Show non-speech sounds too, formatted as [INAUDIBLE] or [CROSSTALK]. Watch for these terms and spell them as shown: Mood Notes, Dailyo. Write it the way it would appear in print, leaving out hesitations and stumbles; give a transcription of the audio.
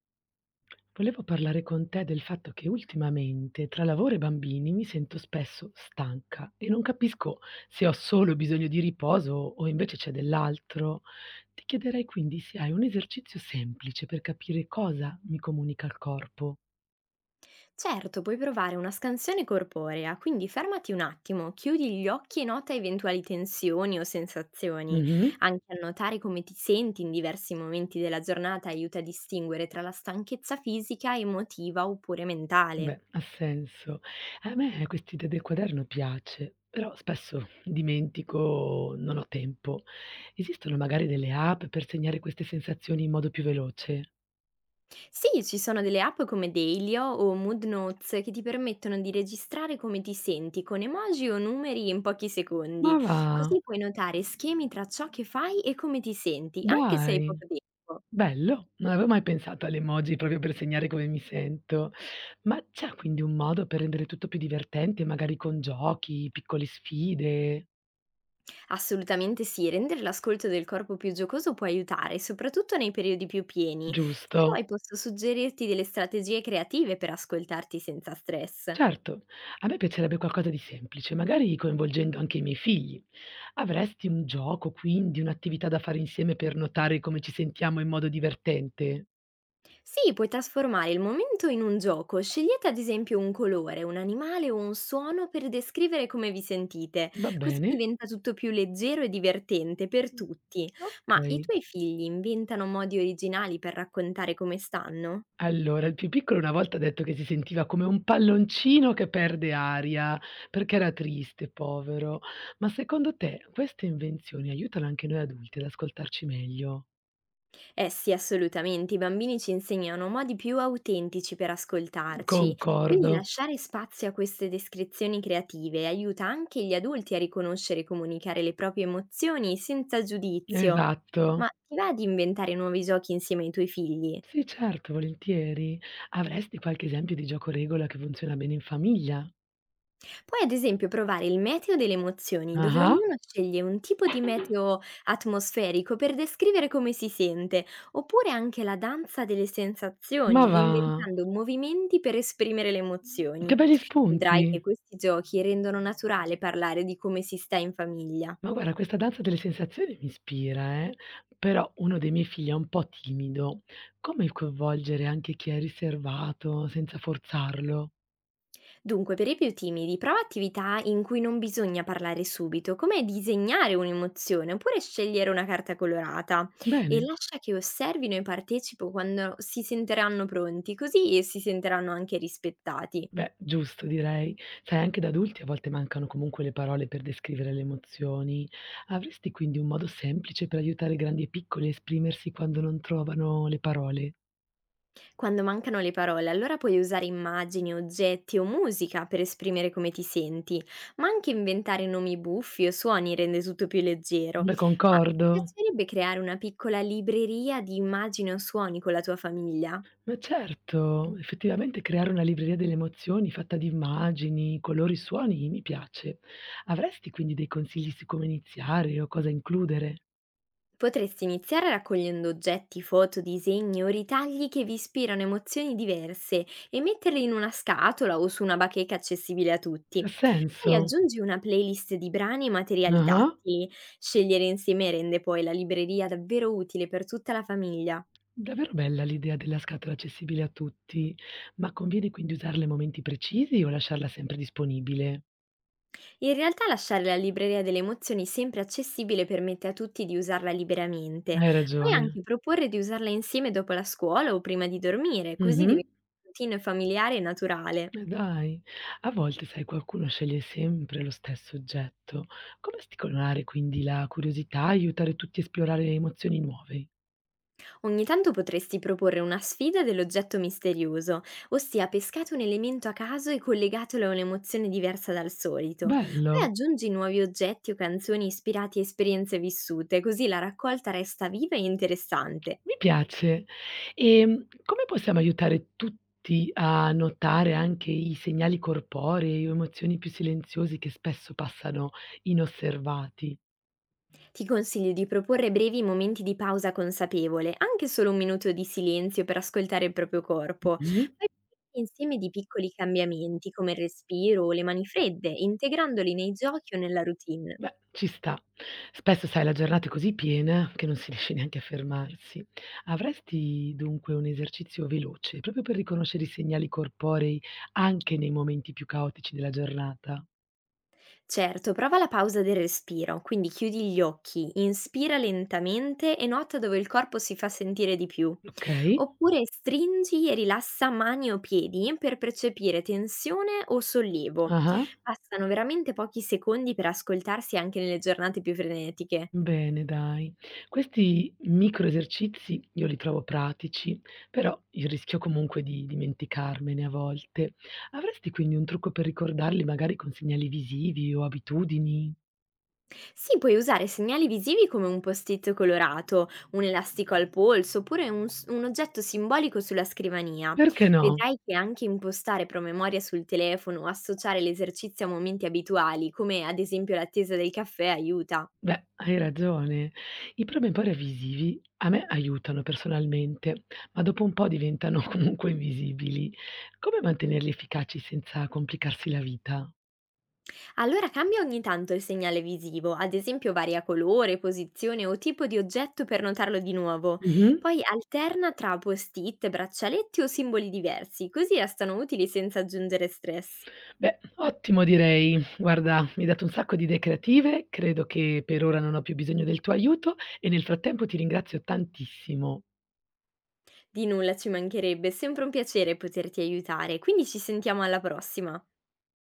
Volevo parlare con te del fatto che ultimamente tra lavoro e bambini mi sento spesso stanca e non capisco se ho solo bisogno di riposo o invece c'è dell'altro. Ti chiederei quindi se hai un esercizio semplice per capire cosa mi comunica il corpo. Certo, puoi provare una scansione corporea, quindi fermati un attimo, chiudi gli occhi e nota eventuali tensioni o sensazioni. Mhm. Anche annotare come ti senti in diversi momenti della giornata aiuta a distinguere tra la stanchezza fisica, emotiva oppure mentale. Beh, ha senso. A me questa idea del quaderno piace, però spesso dimentico, non ho tempo. Esistono magari delle app per segnare queste sensazioni in modo più veloce? Sì, ci sono delle app come Dailyo o Mood Notes che ti permettono di registrare come ti senti con emoji o numeri in pochi Ma secondi. va. Così puoi notare schemi tra ciò che fai e come ti senti, anche se hai Dai, poco tempo. bello. Non avevo mai pensato alle emoji proprio per segnare come mi sento. Ma c'è quindi un modo per rendere tutto più divertente, magari con giochi, piccole sfide, Assolutamente sì, rendere l'ascolto del corpo più giocoso può aiutare, soprattutto nei periodi più pieni. Se giusto? vuoi posso suggerirti delle strategie creative per ascoltarti senza stress. Certo, a me piacerebbe qualcosa di semplice, magari coinvolgendo anche i miei figli. Avresti un gioco, quindi un'attività da fare insieme per notare come ci sentiamo in modo divertente? Sì, puoi trasformare il momento in un gioco. Scegliete ad esempio un colore, un animale o un suono per descrivere come vi sentite, Va così bene? diventa tutto più leggero e divertente per Mh, tutti. ok. Ma i tuoi figli inventano modi originali per raccontare come stanno? Allora, il più piccolo una volta ha detto che si sentiva come un palloncino che perde aria, perché era triste, povero. Ma secondo te queste invenzioni aiutano anche noi adulti ad ascoltarci meglio? Eh sì, assolutamente, i bambini ci insegnano modi più autentici per ascoltarci, quindi Concordo. lasciare spazio a queste descrizioni creative aiuta anche gli adulti a riconoscere e comunicare le proprie emozioni senza giudizio. Esatto. Ma ti va di inventare nuovi giochi insieme ai tuoi figli? Sì, certo, volentieri. Avresti qualche esempio di gioco regola che funziona bene in famiglia? Puoi ad esempio provare il meteo delle emozioni, dove Ah-ah. ognuno sceglie un tipo di meteo atmosferico per descrivere come si sente, oppure anche la danza delle Ma sensazioni, va. inventando movimenti per esprimere le Che emozioni. belli spunti. Vedrai che questi giochi rendono naturale parlare di come si sta in famiglia. Ma guarda, questa danza delle sensazioni mi ispira, però uno dei miei figli è un po' timido. Come coinvolgere anche chi è riservato senza forzarlo? Dunque, per i più timidi, prova attività in cui non bisogna parlare subito, come disegnare un'emozione oppure scegliere una carta colorata e Bene, lascia che osservino e partecipo quando si sentiranno pronti, così si sentiranno anche rispettati. beh, giusto direi. Sai, anche da adulti a volte mancano comunque le parole per descrivere le emozioni. Avresti quindi un modo semplice per aiutare grandi e piccoli a esprimersi quando non trovano le parole? Quando mancano le parole, allora puoi usare immagini, oggetti o musica per esprimere come ti senti, ma anche inventare nomi buffi o suoni rende tutto più leggero. Beh, Ma ti concordo. piacerebbe creare una piccola libreria di immagini o suoni con la tua famiglia? Ma certo, effettivamente creare una libreria delle emozioni fatta di immagini, colori, suoni mi piace. Avresti quindi dei consigli su come iniziare o cosa includere? Potresti iniziare raccogliendo oggetti, foto, disegni o ritagli che vi ispirano emozioni diverse e metterli in una scatola o su una bacheca accessibile a Ha tutti. Poi senso? aggiungi una playlist di brani e materiali Ah, tattili. Scegliere insieme rende poi la libreria davvero utile per tutta la famiglia. davvero bella l'idea della scatola accessibile a tutti, ma conviene quindi usarla in momenti precisi o lasciarla sempre disponibile? In realtà lasciare la libreria delle emozioni sempre accessibile permette a tutti di usarla liberamente. Hai Puoi ragione. anche proporre di usarla insieme dopo la scuola o prima di dormire, così Mhm. diventa una routine familiare e naturale. Ma dai, a volte sai qualcuno sceglie sempre lo stesso oggetto. Come stimolare quindi la curiosità, aiutare tutti a esplorare emozioni nuove? Ogni tanto potresti proporre una sfida dell'oggetto misterioso, ossia pescate un elemento a caso e collegatelo a un'emozione diversa dal solito. Poi Bello, aggiungi nuovi oggetti o canzoni ispirati a esperienze vissute, così la raccolta resta viva e interessante. mi piace. E come possiamo aiutare tutti a notare anche i segnali corporei o emozioni più silenziosi che spesso passano inosservati? Ti consiglio di proporre brevi momenti di pausa consapevole, anche solo un minuto di silenzio per ascoltare il proprio corpo. Mhm. Poi insieme di piccoli cambiamenti come il respiro o le mani fredde, integrandoli nei giochi o nella routine. Beh, ci sta. Spesso, sai, la giornata è così piena che non si riesce neanche a fermarsi. Avresti dunque un esercizio veloce, proprio per riconoscere i segnali corporei anche nei momenti più caotici della giornata? Certo, prova la pausa del respiro, quindi chiudi gli occhi, inspira lentamente e nota dove il corpo si fa sentire di più. Okay. Oppure stringi e rilassa mani o piedi per percepire tensione o sollievo. Ah-ah. Passano veramente pochi secondi per ascoltarsi anche nelle giornate più frenetiche. Bene dai. Questi micro esercizi io li trovo pratici, però il rischio comunque di dimenticarmene a volte. Avresti quindi un trucco per ricordarli magari con segnali visivi o abitudini? Sì, puoi usare segnali visivi come un post-it colorato, un elastico al polso oppure un oggetto simbolico sulla scrivania. Perché no? Vedrai che anche impostare promemoria sul telefono o associare l'esercizio a momenti abituali, come ad esempio l'attesa del caffè, aiuta. Beh, hai ragione. I problemi poi revisivi a me aiutano personalmente, ma dopo un po' diventano [LAUGHS] comunque invisibili. Come mantenerli efficaci senza complicarsi la vita? Allora cambia ogni tanto il segnale visivo, ad esempio varia colore, posizione o tipo di oggetto per notarlo di nuovo. Mh-mh. Poi alterna tra post-it, braccialetti o simboli diversi, così restano utili senza aggiungere stress. Beh, ottimo direi. Guarda, mi hai dato un sacco di idee creative, credo che per ora non ho più bisogno del tuo aiuto e nel frattempo ti ringrazio tantissimo. Di nulla, ci mancherebbe, è sempre un piacere poterti aiutare, quindi ci sentiamo alla prossima.